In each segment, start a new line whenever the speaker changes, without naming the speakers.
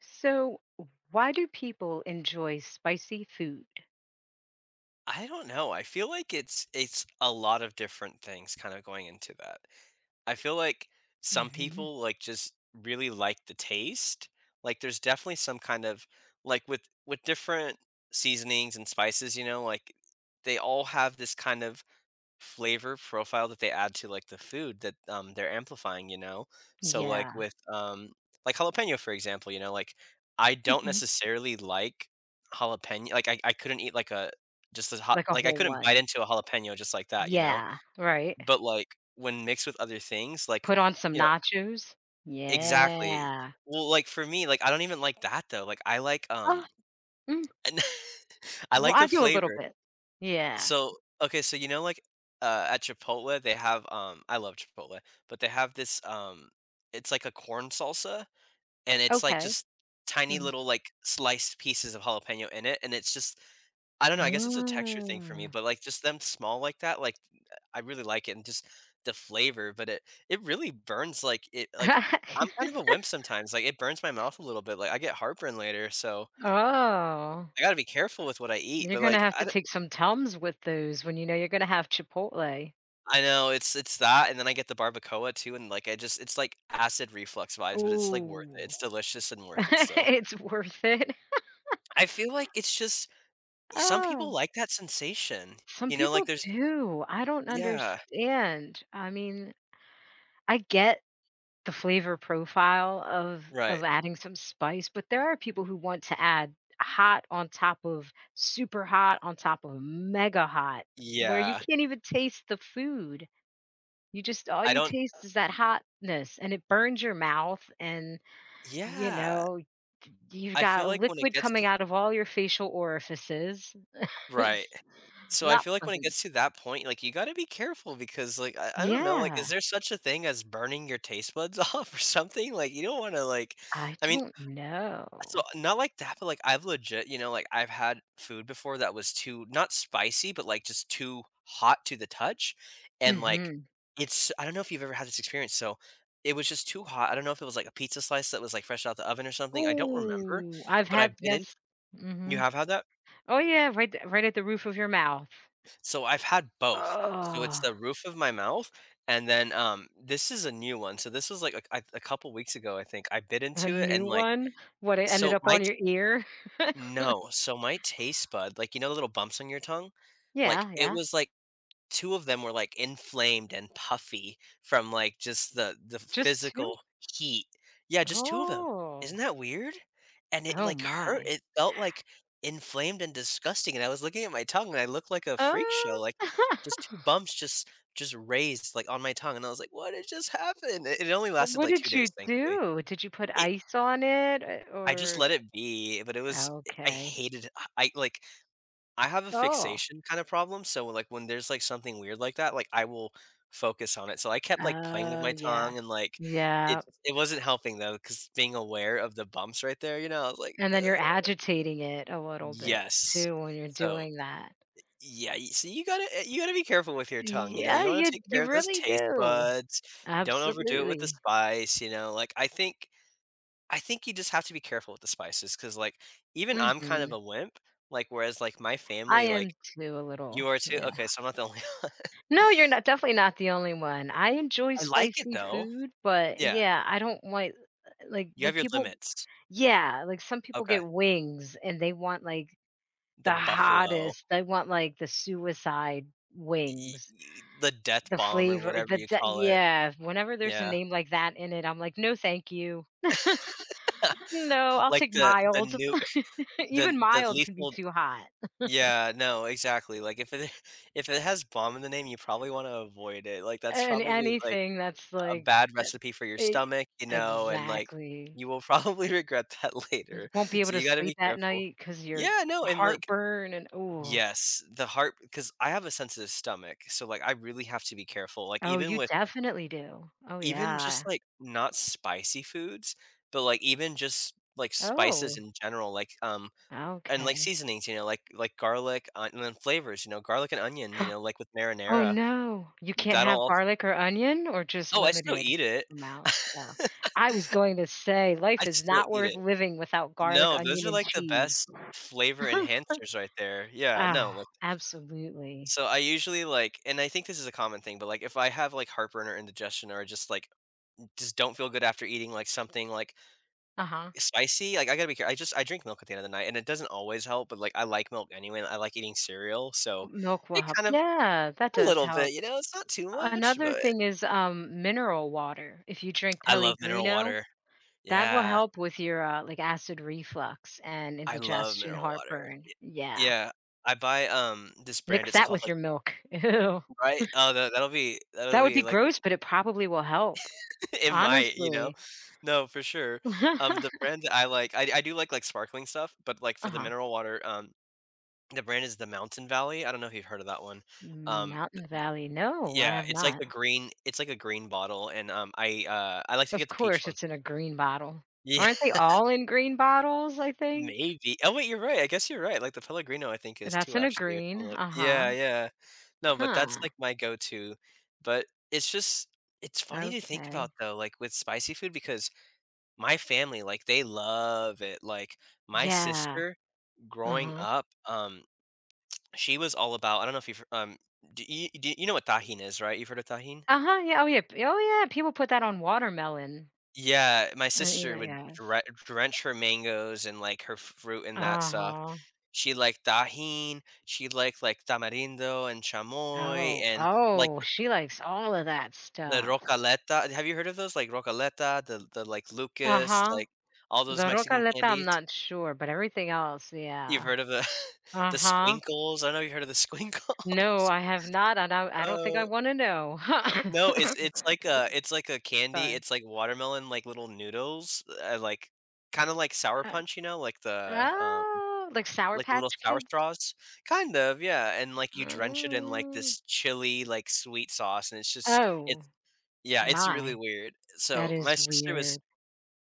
So, why do people enjoy spicy food?
I don't know. I feel like it's a lot of different things kind of going into that. I feel like some
Hmm.
people like just really like the taste. Like there's definitely some kind of like with different seasonings and spices, you know, like they all have this kind of flavor profile that they add to like the food that they're amplifying, you know? So
Yeah,
like with like jalapeno, for example, you know, like I don't
hmm,
necessarily like jalapeno. Like I couldn't eat like a just a hot
like a
like I
whole
couldn't bite
one.
into a jalapeno just like that, you know?
Yeah, right.
But like when mixed with other things, like
Put on some
you know
nachos.
exactly.
Yeah.
Well, like for me, like I don't even like that though. Like I like
Oh, mm,
I
well,
like
I
the
do a little
flavor.
bit. Yeah.
So, okay, so you know, like at Chipotle, they have I love Chipotle, but they have this it's like a corn salsa, and it's like
Okay.
just tiny
Hmm.
little like sliced pieces of jalapeno in it, and it's just I don't know, I guess it's a texture thing for me,
Mm.
but like just them small like that, like I really like it, and just the flavor, but it really burns like it like. I'm kind of a wimp sometimes. Like it burns my mouth a little bit. Like I get heartburn later, so
Oh,
I got to be careful with what I eat.
you're
But
going to
like
have to take some Tums with those when you know you're going to have Chipotle.
I know it's that, and then I get the barbacoa too, and like I just it's like acid reflux vibes, but it's like worth it.
Ooh,
It's delicious and worth it still.
it's worth it.
I feel like it's just some people like that sensation,
Some
you know, like
people
there's
do. I don't
yeah,
understand. I mean, I get the flavor profile of
right,
of adding some spice, but there are people who want to add hot on top of super hot on top of mega hot, where you
yeah.
can't even taste the food. You just all
I
you
don't,
taste is that hotness and it burns your mouth and, you
yeah.
know, you've
I feel
got
like when it
liquid
gets
coming
to
out of all your facial orifices.
right,
It's
so I
not
feel like when it
pleasant.
gets to that point, like you got to be careful because like I don't know, like is
Yeah.
there such a thing as burning your taste buds off or something? Like you don't want to like,
I
I mean,
don't
so,
know.
not like that, but, like, I've legit like, I've had food before that was too not spicy, but, like, just too hot to the touch, and, like,
Mhm.
it's I don't know if you've ever had this experience, so it was just too hot, I don't know if it was, like, a pizza slice that was, like, fresh out the oven or something, I don't remember,
Ooh, I've
but I
had,
bit in.
yes.
You
Mhm.
have had that?
Oh, yeah, right th right at the roof of your mouth.
So, I've had both. So, it's
Oh,
the roof of my mouth, and then, this is a new one, so this was, like, a a couple weeks ago, I think, I bit
a
into it and,
new
like
one? What, it ended
so
up
my
on your ear?
no, so my taste bud, like, you know, the little bumps on your tongue? Like,
Yeah,
it
yeah.
was like 2 of them were, like, inflamed and puffy from, like, just the
Just 2?
physical heat. Yeah, just 2 of them.
Oh.
Isn't that weird? And it,
Oh
like, hurt.
my.
It felt, like, inflamed and disgusting, and I was looking at my tongue, and I looked like a freak show,
Oh.
like, just 2 bumps just raised, like, on my tongue, and I was like, "What had just happened?" It only
Well,
lasted,
what
like, 2
did you
days, thankfully.
do? Did you put
It
ice on it, eh,
I just
or
let it be, but it was I
okay.
hated I like I have a
Oh.
fixation kind of problem, so, like, when there's, like, something weird like that, like, I will focus on it, so I kept, like, playing with
Oh,
my
yeah.
tongue and, like, it
Yeah.
it wasn't helping though, because being aware of the bumps right there, you know, I was like,
And then
"Ugh."
you're agitating it a little bit
Yes.
too when you're
So,
doing that.
yeah, y so you gotta eh, you gotta be careful with your tongue, you know,
Yeah,
you wanna
you
take
you
care of those
really
taste
do.
buds, don't overdo it with the
Absolutely.
spice, you know, like, I think you just have to be careful with the spices, because like, even I'm kind of
Mhm.
a wimp, like, whereas, like, my
I
family,
am
like,
too a little,
you are too? Okay,
yeah.
so I'm not the only one.
No, you're not, definitely not the only one. I enjoy
I like it
spicy
though.
food, but
Yeah,
yeah, I don't like
you
when
have your
people
limits.
yeah, like some people
Okay,
get wings and they want like
the
the
buffalo,
hottest, they want like the suicide
y
wings.
y the death
The
bomb or
flavor,
whatever
the
you
d
call it.
yeah, whenever there's a
Yeah,
name like that in it, I'm like, "No, thank you. No, I'll
like
take
the
mild."
nuke, the
Even
the
mild can be
lethal
too hot,
yeah, no, exactly, like, if it if it has bomb in the name, you probably wanna avoid it, like, that's
and
probably, like,
anything that's
a
like
bad
that,
recipe for your
e
stomach, you know, and, like,
exactly.
you will probably regret that later,
Won't be able
so
to
you gotta be
sleep at
careful.
night 'cause your
Yeah, no, and, like
heartburn and oh,
yes, the heart because I have a sensitive stomach, so, like, I really have to be careful, like,
oh,
even
you
with
definitely do. Oh,
even just,
yeah.
like, not spicy foods, but, like, even just, like, spices
Oh,
in general, like, and, like,
okay.
seasonings, you know, like garlic, and then flavors, you know, garlic and onion, you know, like, with
Oh,
marinara,
no. You can't
that'll
have
also
garlic or onion or just
oh, I still
limited
eat it.
amounts? Oh. I was going to say,
I
life is
still
not
eat
worth
it.
living without garlic,
No, those
onion,
are,
and
like, the
cheese.
best flavor enhancers right there. Yeah, no,
Oh,
like
absolutely.
so I usually like, and I think this is a common thing, but like if I have like heartburn or indigestion or just like just don't feel good after eating like something like
Uh-huh.
spicy, like I gotta be careful. I just I drink milk at the end of the night, and it doesn't always help, but like I like milk anyway, and I like eating cereal, so
Milk will
it
help.
kind of
Yeah, that
a
does
little bit,
help.
you know, it's not too much,
Another
but
thing is, mineral water. If you drink
I love mineral
Pellegrino,
water.
that will
Yeah,
help with your, like, acid reflux and
I love
indigestion,
mineral water.
heartburn.
Y-
Yeah.
yeah, I buy this brand.
Mix
It's
that
called
with
like
your milk. Ew.
right. Oh, that'll
That would
be
be
like.
gross, but it probably will help.
It might, you know?
Honestly.
No, for sure. The brand that I like I do like, sparkling stuff, but, like, for the
Uh-huh.
mineral water, the brand is the Mountain Valley. I don't know if you've heard of that one. Um,
Mountain Valley, no, I
yeah,
have
it's like
not.
the green it's like a green bottle, and, I like to
Of
get the peach
course,
one.
it's in a green bottle.
Yeah,
Aren't they all in green bottles, I think?
maybe. Oh, wait, you're right. I guess you're right. Like, the Pellegrino, I think, is
That's
too,
in a
actually, or
green,
something like yeah,
uh-huh.
yeah. No, but that's, like,
Huh,
my go-to. But it's just it's
huh.
funny to think about,
Okay.
though, like, with spicy food because my family, like, they love it, like, my
Yeah,
sister growing
uh-huh.
up, she was all about I don't know if you've do you know what tajin is, right? You've heard of tajin?
Uh-huh, yeah, oh, yeah, p oh, yeah, people put that on watermelon,
Yeah, my sister would
yes.
drench her mangoes and, like, her fruit and that stuff.
Uh-huh.
She liked tajin, she liked, like, tamarindo and chamoy
Oh,
and, like,
oh, she likes all of that
the
stuff.
rocaleta. Have you heard of those? Like, rocaleta, the like, Lucas,
Uh-huh.
like, all those
The
Mexican
Rocaleta, I'm
candies?
not sure, but everything else,
You've
yeah.
heard of the the
Uh-huh.
Squinkles? I don't know if you heard of the
No,
Squinkles.
I have not, and I don't think
Oh,
I wanna know.
no, it's like a it's like a candy,
Sorry.
it's like watermelon, like, little noodles, like, kinda like Sour
Uh,
Punch, you know,
oh, like Sour
like the little
Patch
sour
Kids?
straws? Kind of, yeah, and, like, you drench it in, like,
Mm.
this chili, like, sweet sauce, and it's just
Oh,
it's yeah, it's really
my.
weird.
That
So, my
is
sister was
weird.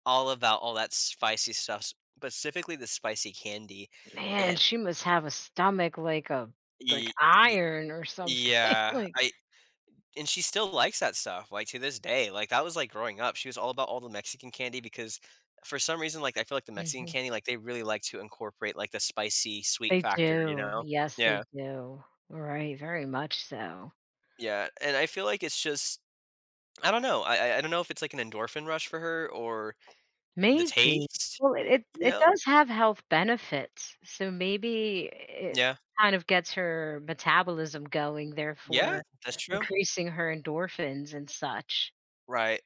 all about all that spicy stuff, specifically the spicy candy,
Man,
and
she must have a stomach like a like
Y y
iron or something,
yeah,
like
I and she still likes that stuff, like, to this day, like, that was, like, growing up, she was all about all the Mexican candy because for some reason, like, I feel like the Mexican
mhm.
candy, like, they really like to incorporate, like, the spicy sweet
They
factor, you
do.
know?
Yes,
Yeah,
they do. Right, very much so.
yeah, and I feel like it's just I don't know, I don't know if it's, like, an endorphin rush for her or the
Maybe.
taste,
Well, it it
you
it
know?
does have health benefits, so maybe it
Yeah.
kind of gets her metabolism going,
Yeah,
therefore
that's true.
increasing her endorphins and such.
Right.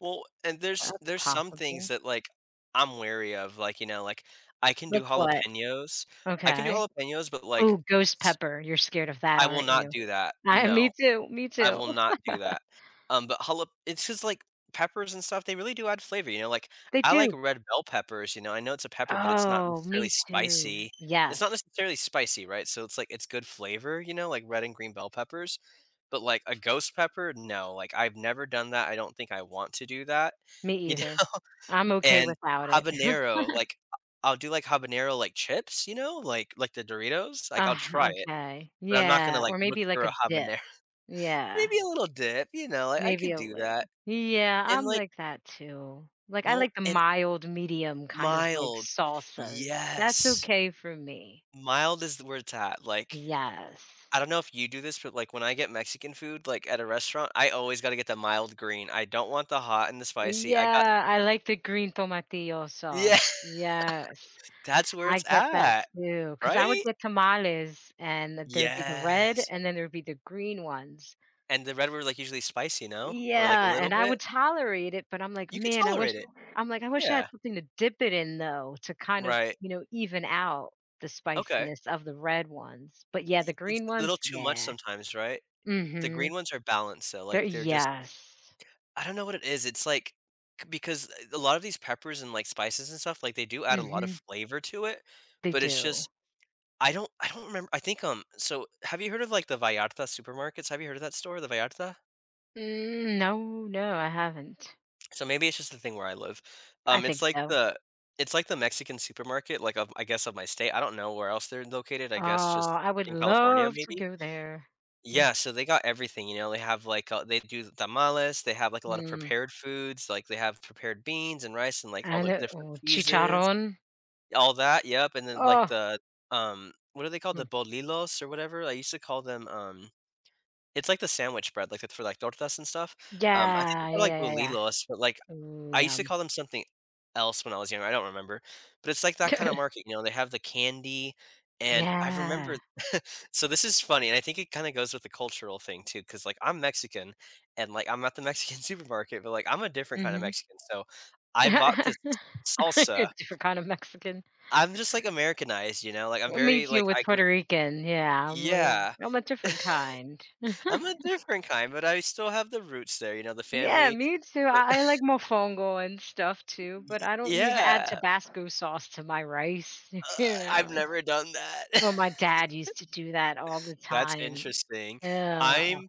Well, and there's
That's
there's some things
possible.
that, like, I'm wary of, like, you know, like, I can do
Like what?
jalapenos. I can do
Okay.
jalapenos, but, like,
Oh, ghost
s
pepper. You're scared of that,
I will
aren't
not
you?
do that.
I Me
No,
too, me
I
too.
will not do that. But jalap it's just like peppers and stuff, they really do add flavor, you know, like,
They
I like
do.
red bell peppers, you know, I know it's a pepper, but it's not
Oh,
necessarily
me too.
spicy. It's not
Yes,
necessarily spicy, right? So it's like it's good flavor, you know, like red and green bell peppers, but like a ghost pepper, no, like, I've never done that, I don't think I want to do that,
me
you
either.
know?
I'm okay
And
without it.
habanero, like, I'll do like habanero, like, chips, you know, like the Doritos, like, I'll
Ah,
try it,
okay.
but I'm not gonna,
Yeah,
like,
or
look
maybe
for
like
a
a dip.
habanero.
Yeah.
Maybe a little dip, you know, like I
Maybe
could
a
do that,
little. Yeah,
and,
I'm
like
like that too. Like, I
well,
like the
and
mild medium kind of like
mild.
salsas. That's
Yes.
okay for me.
Mild is where it's at, like,
Yes.
I don't know if you do this, but, like, when I get Mexican food, like, at a restaurant, I always gotta get the mild green. I don't want the hot and the spicy, I got.
Yeah, I like the green tomatillo
Yeah,
sauce. Yes,
that's where
I
it's
get that
at,
too. Because I would
right?
get tamales and there'd be the red
Yes,
and then there'd be the green ones.
and the red were, like, usually spicy, no? Or, like, a
Yeah,
little
and I
bit?
would tolerate it, but I'm like,
You could
"Man, I wish."
tolerate it.
I'm like, "I wish I had
Yeah.
something to dip it in though, to kind of,
Right.
even out the
Okay.
spiciness of the red ones." But yeah,
Y
the
It's
green
a little
ones,
too much
yeah.
sometimes, right? The green
Mhm.
ones are balanced though,
They're,
like, they're just.
yes.
I don't know what it is, it's like c because a lot of these peppers and, like, spices and stuff, like, they do add a lot of
Mhm.
flavor to it,
They
but it's
do.
just. I don't remember. I think, so have you heard of, like, the Vallarta supermarkets? Have you heard of that store, the Vallarta?
Mm, no, no, I haven't.
So maybe it's just the thing where I live.
I think
It's like
so.
the Mexican supermarket, like, of I guess, of my state. I don't know where else they're located, I
Oh,
guess just
I would
in California
love to
maybe?
go there.
Yeah, so they got everything, you know, they have, like, they do tamales, they have, like, a lot of
Mhm.
prepared foods, like, they have prepared beans and rice and, like, all
I
the
know,
different
oh,
cheeses,
chicharrón.
all that, yep, and then, like,
Oh,
the, what are they called? The
mm.
bolillos or whatever? I used to call them, it's like the sandwich bread, like, it's for, like, tortas and stuff, I think they're
Yeah,
called,
yeah,
like,
yeah, yeah, yeah.
bolillos, but, like,
Ooh,
I used to
yum.
call them something else when I was younger, I don't remember, but it's like that kinda market, you know, they have the candy, and I
Yeah.
remember so this is funny, and I think it kind of goes with the cultural thing too, because like I'm Mexican, and like I'm at the Mexican supermarket, but like I'm a different kind of
Mhm.
Mexican. So I bought this
A
salsa.
different kind of Mexican.
I'm just like Americanized, you know. Like I'm
Me
very
too,
like
with
I grew.
Puerto Rican, yeah, I'm like,
Yeah,
I'm a different kind.
I'm a different kind, but I still have the roots there. You know, the
Yeah,
family.
me too,
But
I like mofongo and stuff too, but I don't need to add
yeah,
Tabasco sauce to my rice, you
I've
know?
never done that.
Well, my dad used to do that all the
That's
time.
interesting.
Yeah.
I'm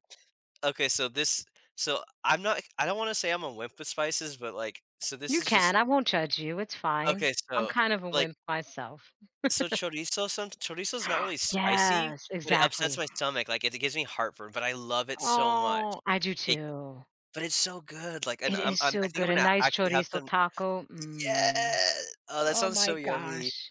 okay. So this. So I'm not. I don't want to say I'm a wimp with spices, but like. So this
You
is
can,
just.
I won't judge you, it's fine.
Okay,
I'm
so,
kind of a
like
wimp myself.
so chorizo some chorizo's not really spicy,
Yes,
but it upsets
exactly.
my stomach, like, it gives me heartburn, but I love it so much.
Oh, I do
It
too.
but it's so good, like, and
It
I'm
is
I'm I
so
think I'm
good, a
gonna
nice
actually have
chorizo
some.
taco, mm,
Yeah! Oh, that
oh
sounds
my
so yummy.
gosh,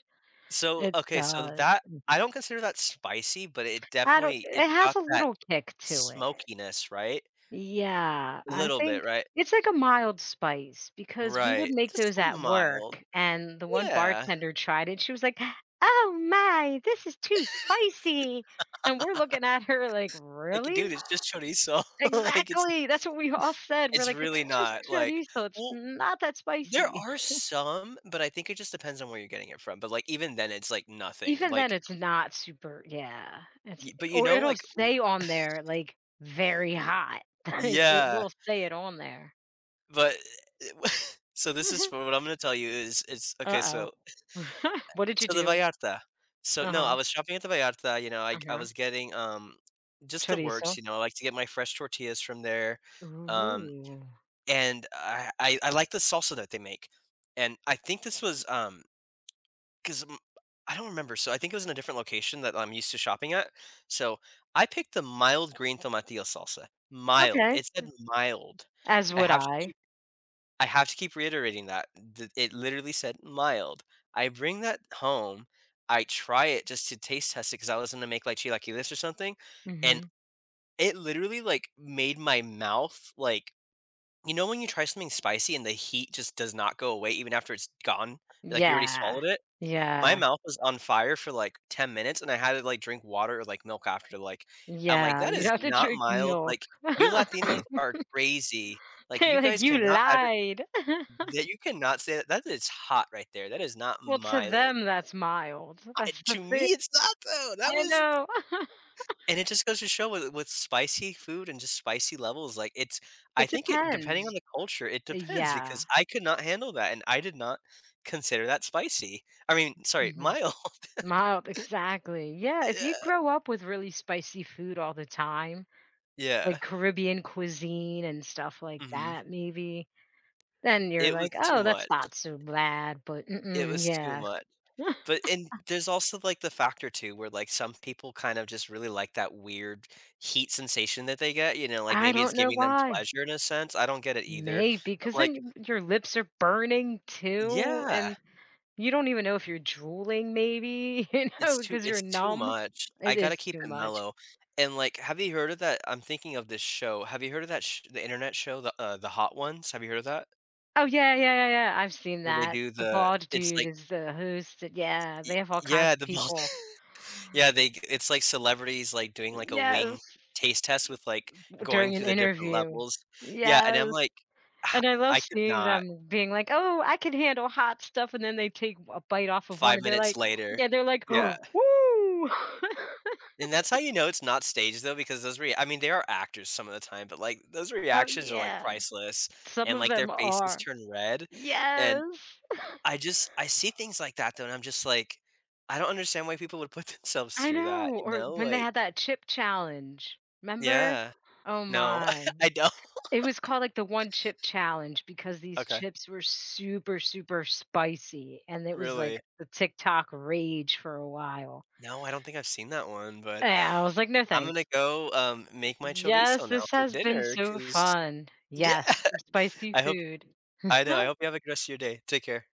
So,
it
okay, so
does.
that I
Mhm.
don't consider that spicy, but it
I don't,
definitely
it
it's
has
got
a
that
little kick to it.
smokiness, right?
Yeah,
A
I
little bit,
think
right?
it's like a mild spice because we would
Right.
make
Just
those at
mild.
work, and the one
Yeah.
bartender tried it, she was like, "Oh my, this is too spicy," and we're looking at her like,
Like, dude,
"Really?"
it's just chorizo. Like, it's.
Exactly, that's what we all said, we're
It's
like, "It's
really
just
not, like
chorizo, it's
well,
not that
there
spicy."
are some, but I think it just depends on where you're getting it from, but, like, even then, it's, like, nothing,
Even then,
like
it's not super, yeah, it's,
y but, you
or
know,
it'll
like w
say on there, like, "Very hot." Like, it
yeah,
will say it on there.
but so this is for what I'm gonna tell you is it's okay,
Uh-oh.
so
What did you
so the
do?
Vallarta. So no, I
Uh-huh,
was shopping at the Vallarta, you know, I
uh-huh.
was getting, just the works,
Chorizo.
you know, I like to get my fresh tortillas from there, um,
Ooh.
and I like the salsa that they make, and I think this was, 'Cause I don't remember, so I think it was in a different location that I'm used to shopping at, so I picked the mild green tomatillo salsa. Mild.
Okay.
It said mild.
As
I
would
have to
I.
keep I have to keep reiterating that. Th It literally said mild. I bring that home, I try it just to taste test it, cause I was gonna make, like, chilaquiles or something, and
Mhm.
it literally, like, made my mouth, like you know when you try something spicy and the heat just does not go away even after it's gone? Like, you already
Yeah.
swallowed it? My
Yeah.
mouth was on fire for, like, 10 minutes, and I had to, like, drink water or, like, milk after, like I'm like,
Yeah,
"That
you'd
is
have to
not
drink
mild."
milk.
Like, "You Latinos are crazy." Like, "You
They're like,
guys
"You
cannot adver
lied."
that you cannot say that that is hot right there. That is not
Well, to
mild."
them, that's mild.
I
That's the
to
thing.
me, it's not, though. That
I
was
know.
and it just goes to show with spicy food and just spicy levels, like, it's I
It
think it depending
depends.
on the culture, it depends
Yeah.
because I could not handle that, and I did not consider that spicy. I mean, sorry,
Mhm.
mild.
Mild, exactly. Yeah, if you
Yeah.
grow up with really spicy food all the time,
Yeah.
like Caribbean cuisine and stuff like
Mhm.
that maybe, then you're
It was
like,
too
"Oh, that's
much.
not so bad," but
It
mm-mm,
was too
yeah.
much. But and there's also, like, the factor too where, like, some people kind of just really like that weird heat sensation that they get, you know, like,
I
maybe it's
don't know
giving them
why.
pleasure in a sense, I don't get it either,
Maybe
but,
because
like
then your lips are burning too,
Yeah,
and you don't even know if you're drooling maybe, because
it's
you're
too
numb.
much. I
It
gotta
is
keep
too
it
much.
mellow, and, like, have you heard of that I'm thinking of this show, have you heard of that sh the internet show, the Hot Ones? Have you heard of that?
Oh, yeah, yeah, yeah, yeah, I've seen
Where they
that.
do
The
the
bald
it's
dude
like
is the host, and- yeah,
y
they have all kinds
Yeah,
of
the
people.
Yeah, they it's like celebrities, like, doing, like, a wing
Yes,
taste test with, like, going
during an
through the different
interview.
levels. Yeah, and
Yes,
I'm like, "H
and I love
I could
seeing
not."
them being like, "Oh, I can handle hot stuff," and then they take a bite off of one,
5
and they're
minutes
like,
later.
yeah, they're like,
Yeah,
"Woo!"
and that's how you know it's not staged, though, because those rea I mean, they are actors some of the time, but, like, those
Oh,
reactions are, like,
yeah,
priceless,
some
and,
of
like, their
them
faces
are.
turn red,
Yes.
and I see things like that, though, and I'm just like, "I don't understand why people would put themselves
I
through that,"
know,
you
or
know?
when they
Like
had that chip challenge, remember?
Yeah.
Oh
No,
my.
I don't.
It was called, like, the one chip challenge because these
Okay.
chips were super, super spicy, and it was, like,
Really?
the TikTok rage for a while.
No, I don't think I've seen that one, but
And I was like, "No,
I'm gonna
thanks."
go, make my chorizo
Yes,
now
this
for
has been
dinner.
so
Cause
fun.
yeah,
Yes, some spicy
I hope
food.
I know, I hope you have a good rest of your day. Take care.